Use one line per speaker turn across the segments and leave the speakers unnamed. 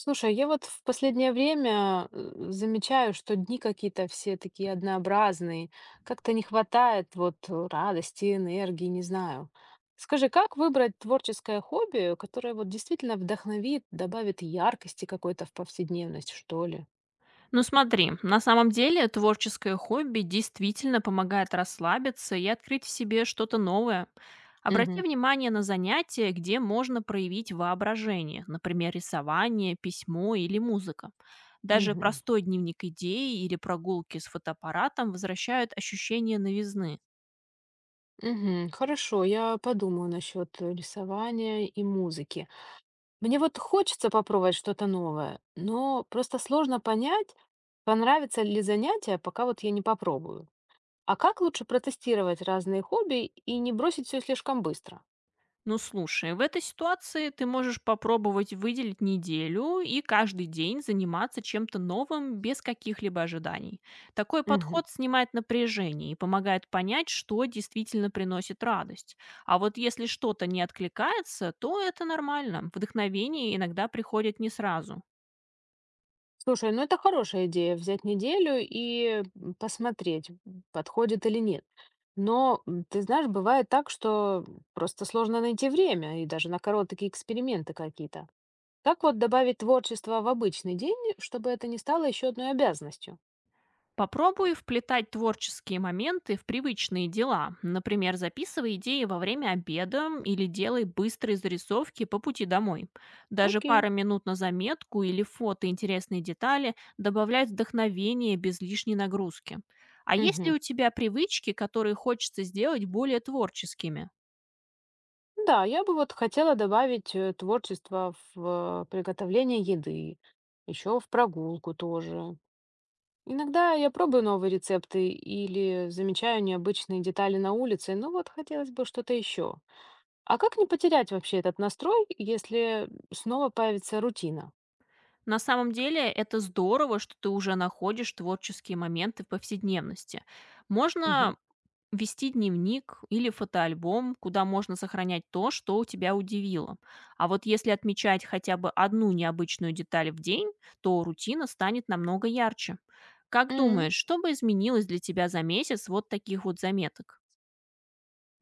Слушай, я вот в последнее время замечаю, что дни какие-то все такие однообразные. Как-то не хватает вот радости, энергии, не знаю. Скажи, как выбрать творческое хобби, которое вот действительно вдохновит, добавит яркости какой-то в повседневность, что ли?
Ну смотри, на самом деле творческое хобби действительно помогает расслабиться и открыть в себе что-то новое. Обрати
Мгм.
внимание на занятия, где можно проявить воображение, например, рисование, письмо или музыка. Даже
Мгм.
простой дневник идей или прогулки с фотоаппаратом возвращают ощущение новизны.
Мгм. Хорошо, я подумаю насчет рисования и музыки. Мне вот хочется попробовать что-то новое, но просто сложно понять, понравится ли занятие, пока вот я не попробую. А как лучше протестировать разные хобби и не бросить все слишком быстро?
Ну слушай, в этой ситуации ты можешь попробовать выделить неделю и каждый день заниматься чем-то новым без каких-либо ожиданий. Такой
Мгм.
подход снимает напряжение и помогает понять, что действительно приносит радость. А вот если что-то не откликается, то это нормально. Вдохновение иногда приходит не сразу.
Слушай, ну это хорошая идея взять неделю и посмотреть, подходит или нет. Но ты знаешь, бывает так, что просто сложно найти время и даже на короткие эксперименты какие-то. Как вот добавить творчество в обычный день, чтобы это не стало еще одной обязанностью?
Попробуй вплетать творческие моменты в привычные дела. Например, записывай идеи во время обеда или делай быстрые зарисовки по пути домой. Даже
Окей.
пара минут на заметку или фото интересные детали добавляет вдохновение без лишней нагрузки. А есть ли
Мгм.
у тебя привычки, которые хочется сделать более творческими?
Да, я бы вот хотела добавить творчество в приготовление еды, еще в прогулку тоже. Иногда я пробую новые рецепты или замечаю необычные детали на улице, но вот хотелось бы что-то еще. А как не потерять вообще этот настрой, если снова появится рутина?
На самом деле это здорово, что ты уже находишь творческие моменты в повседневности.
Мгм.
Можно вести дневник или фотоальбом, куда можно сохранять то, что у тебя удивило. А вот если отмечать хотя бы одну необычную деталь в день, то рутина станет намного ярче. Как думаешь, что бы изменилось для тебя за месяц вот таких вот заметок?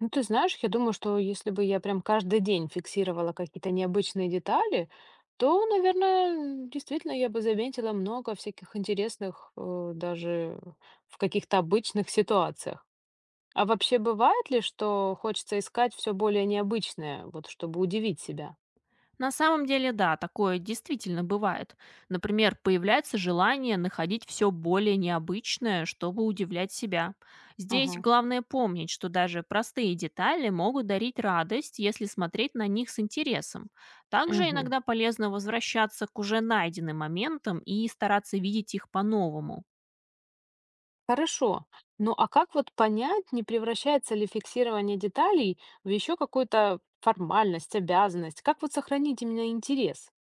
Ну, ты знаешь, я думаю, что если бы я прям каждый день фиксировала какие-то необычные детали, то, наверное, действительно я бы заметила много всяких интересных, даже в каких-то обычных ситуациях. А вообще бывает ли, что хочется искать все более необычное, вот чтобы удивить себя?
На самом деле, да, такое действительно бывает. Например, появляется желание находить все более необычное, чтобы удивлять себя. Здесь
Ага.
главное помнить, что даже простые детали могут дарить радость, если смотреть на них с интересом. Также
Мгм.
иногда полезно возвращаться к уже найденным моментам и стараться видеть их по-новому.
Хорошо. Ну а как вот понять, не превращается ли фиксирование деталей в еще какую-то формальность, обязанность? Как вот сохранить именно интерес?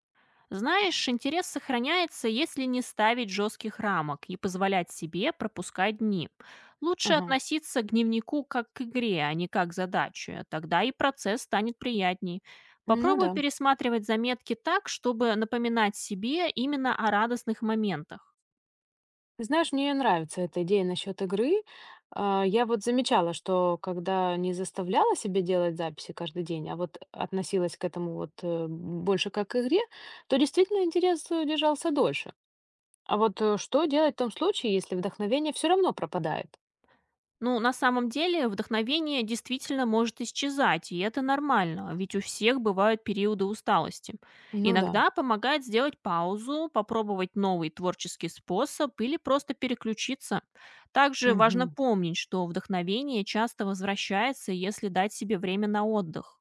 Знаешь, интерес сохраняется, если не ставить жестких рамок и позволять себе пропускать дни. Лучше
Ага.
относиться к дневнику как к игре, а не как к задаче. Тогда и процесс станет приятней.
Ну
Попробуй
да.
пересматривать заметки так, чтобы напоминать себе именно о радостных моментах.
Ты знаешь, мне нравится эта идея насчет игры. Я вот замечала, что когда не заставляла себя делать записи каждый день, а вот относилась к этому вот больше как к игре, то действительно интерес держался дольше. А вот что делать в том случае, если вдохновение все равно пропадает?
Ну, на самом деле, вдохновение действительно может исчезать, и это нормально, ведь у всех бывают периоды усталости.
Ну да.
Иногда помогает сделать паузу, попробовать новый творческий способ или просто переключиться. Также важно
Мгм.
помнить, что вдохновение часто возвращается, если дать себе время на отдых.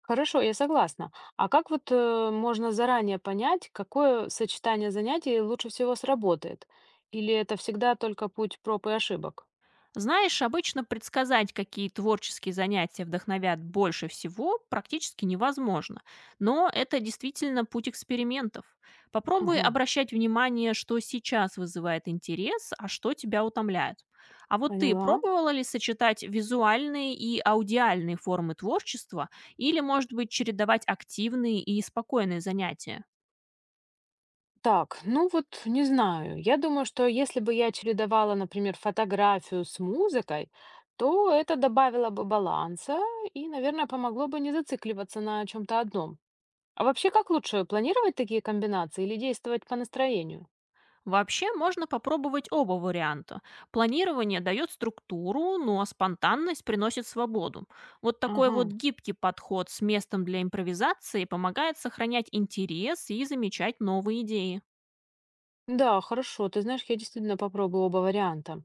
Хорошо, я согласна. А как вот можно заранее понять, какое сочетание занятий лучше всего сработает? Или это всегда только путь проб и ошибок?
Знаешь, обычно предсказать, какие творческие занятия вдохновят больше всего, практически невозможно. Но это действительно путь экспериментов. Попробуй
Ага.
обращать внимание, что сейчас вызывает интерес, а что тебя утомляет. А вот ты
Поняла.
пробовала ли сочетать визуальные и аудиальные формы творчества или, может быть, чередовать активные и спокойные занятия?
Так, ну вот не знаю. Я думаю, что если бы я чередовала, например, фотографию с музыкой, то это добавило бы баланса и, наверное, помогло бы не зацикливаться на чем-то одном. А вообще, как лучше, планировать такие комбинации или действовать по настроению?
Вообще можно попробовать оба варианта. Планирование дает структуру, ну а спонтанность приносит свободу. Вот такой
Ага.
вот гибкий подход с местом для импровизации помогает сохранять интерес и замечать новые идеи.
Да, хорошо. Ты знаешь, я действительно попробую оба варианта.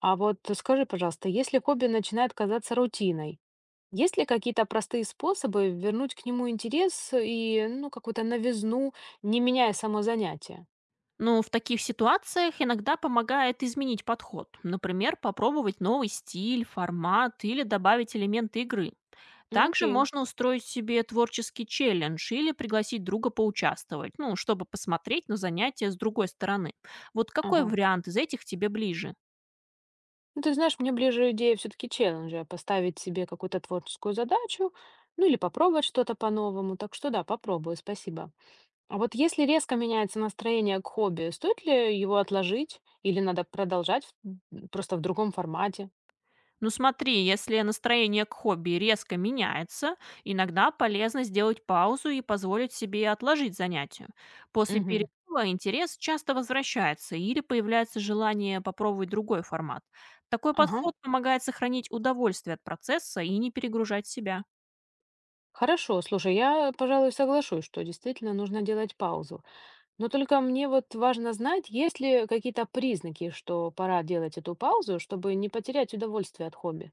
А вот скажи, пожалуйста, если хобби начинает казаться рутиной, есть ли какие-то простые способы вернуть к нему интерес и, ну, какую-то новизну, не меняя само занятие?
Но в таких ситуациях иногда помогает изменить подход. Например, попробовать новый стиль, формат или добавить элемент игры.
Ну,
Также
окей.
можно устроить себе творческий челлендж или пригласить друга поучаствовать, ну, чтобы посмотреть на занятия с другой стороны. Вот какой
Ага.
вариант из этих тебе ближе?
Ну, ты знаешь, мне ближе идея все-таки челленджа, поставить себе какую-то творческую задачу, ну, или попробовать что-то по-новому. Так что да, попробую, спасибо. А вот если резко меняется настроение к хобби, стоит ли его отложить или надо продолжать просто в другом формате?
Ну смотри, если настроение к хобби резко меняется, иногда полезно сделать паузу и позволить себе отложить занятие. После
Мгм.
перерыва интерес часто возвращается или появляется желание попробовать другой формат. Такой
Ага.
подход помогает сохранить удовольствие от процесса и не перегружать себя.
Хорошо, слушай, я, пожалуй, соглашусь, что действительно нужно делать паузу. Но только мне вот важно знать, есть ли какие-то признаки, что пора делать эту паузу, чтобы не потерять удовольствие от хобби.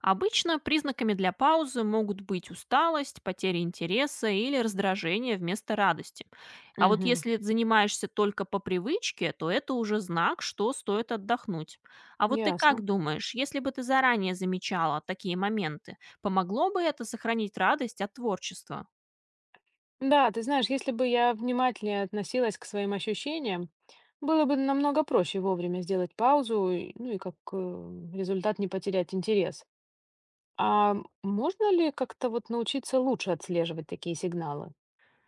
Обычно признаками для паузы могут быть усталость, потеря интереса или раздражение вместо радости. А вот
Угу,
если занимаешься только по привычке, то это уже знак, что стоит отдохнуть. А вот ты как
ясно.
думаешь, если бы ты заранее замечала такие моменты, помогло бы это сохранить радость от творчества?
Да, ты знаешь, если бы я внимательнее относилась к своим ощущениям, было бы намного проще вовремя сделать паузу, и- ну и как результат не потерять интерес. А можно ли как-то вот научиться лучше отслеживать такие сигналы?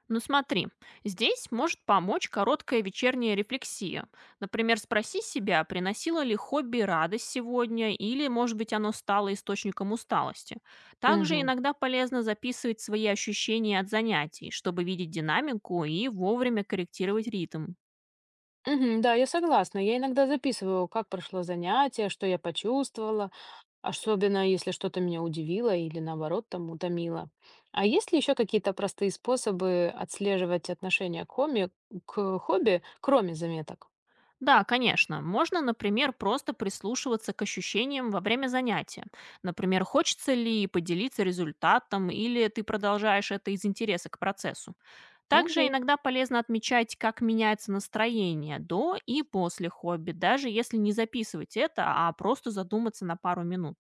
Ну смотри, здесь может помочь короткая вечерняя рефлексия. Например, спроси себя, приносило ли хобби радость сегодня или, может быть, оно стало источником усталости. Также
Угу.
иногда полезно записывать свои ощущения от занятий, чтобы видеть динамику и вовремя корректировать ритм.
Угу, да, я согласна. Я иногда записываю, как прошло занятие, что я почувствовала. Особенно, если что-то меня удивило или, наоборот, там утомило. А есть ли еще какие-то простые способы отслеживать отношение к хобби, кроме заметок?
Да, конечно, можно, например, просто прислушиваться к ощущениям во время занятия. Например, хочется ли поделиться результатом или ты продолжаешь это из интереса к процессу. Также
Окей.
иногда полезно отмечать, как меняется настроение до и после хобби, даже если не записывать это, а просто задуматься на пару минут.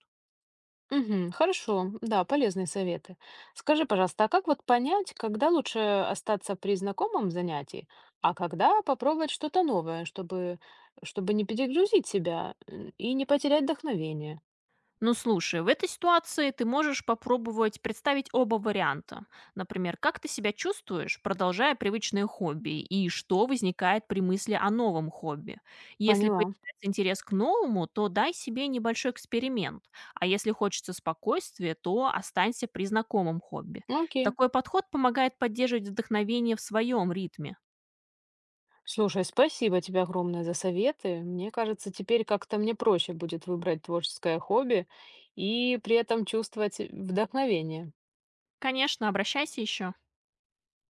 Мгм. Хорошо, да, полезные советы. Скажи, пожалуйста, а как вот понять, когда лучше остаться при знакомом занятии, а когда попробовать что-то новое, чтобы не перегрузить себя и не потерять вдохновение?
Ну слушай, в этой ситуации ты можешь попробовать представить оба варианта. Например, как ты себя чувствуешь, продолжая привычные хобби, и что возникает при мысли о новом хобби. Если
Поняла.
появляется интерес к новому, то дай себе небольшой эксперимент, а если хочется спокойствия, то останься при знакомом хобби.
Окей.
Такой подход помогает поддерживать вдохновение в своем ритме.
Слушай, спасибо тебе огромное за советы. Мне кажется, теперь как-то мне проще будет выбрать творческое хобби и при этом чувствовать вдохновение.
Конечно, обращайся еще.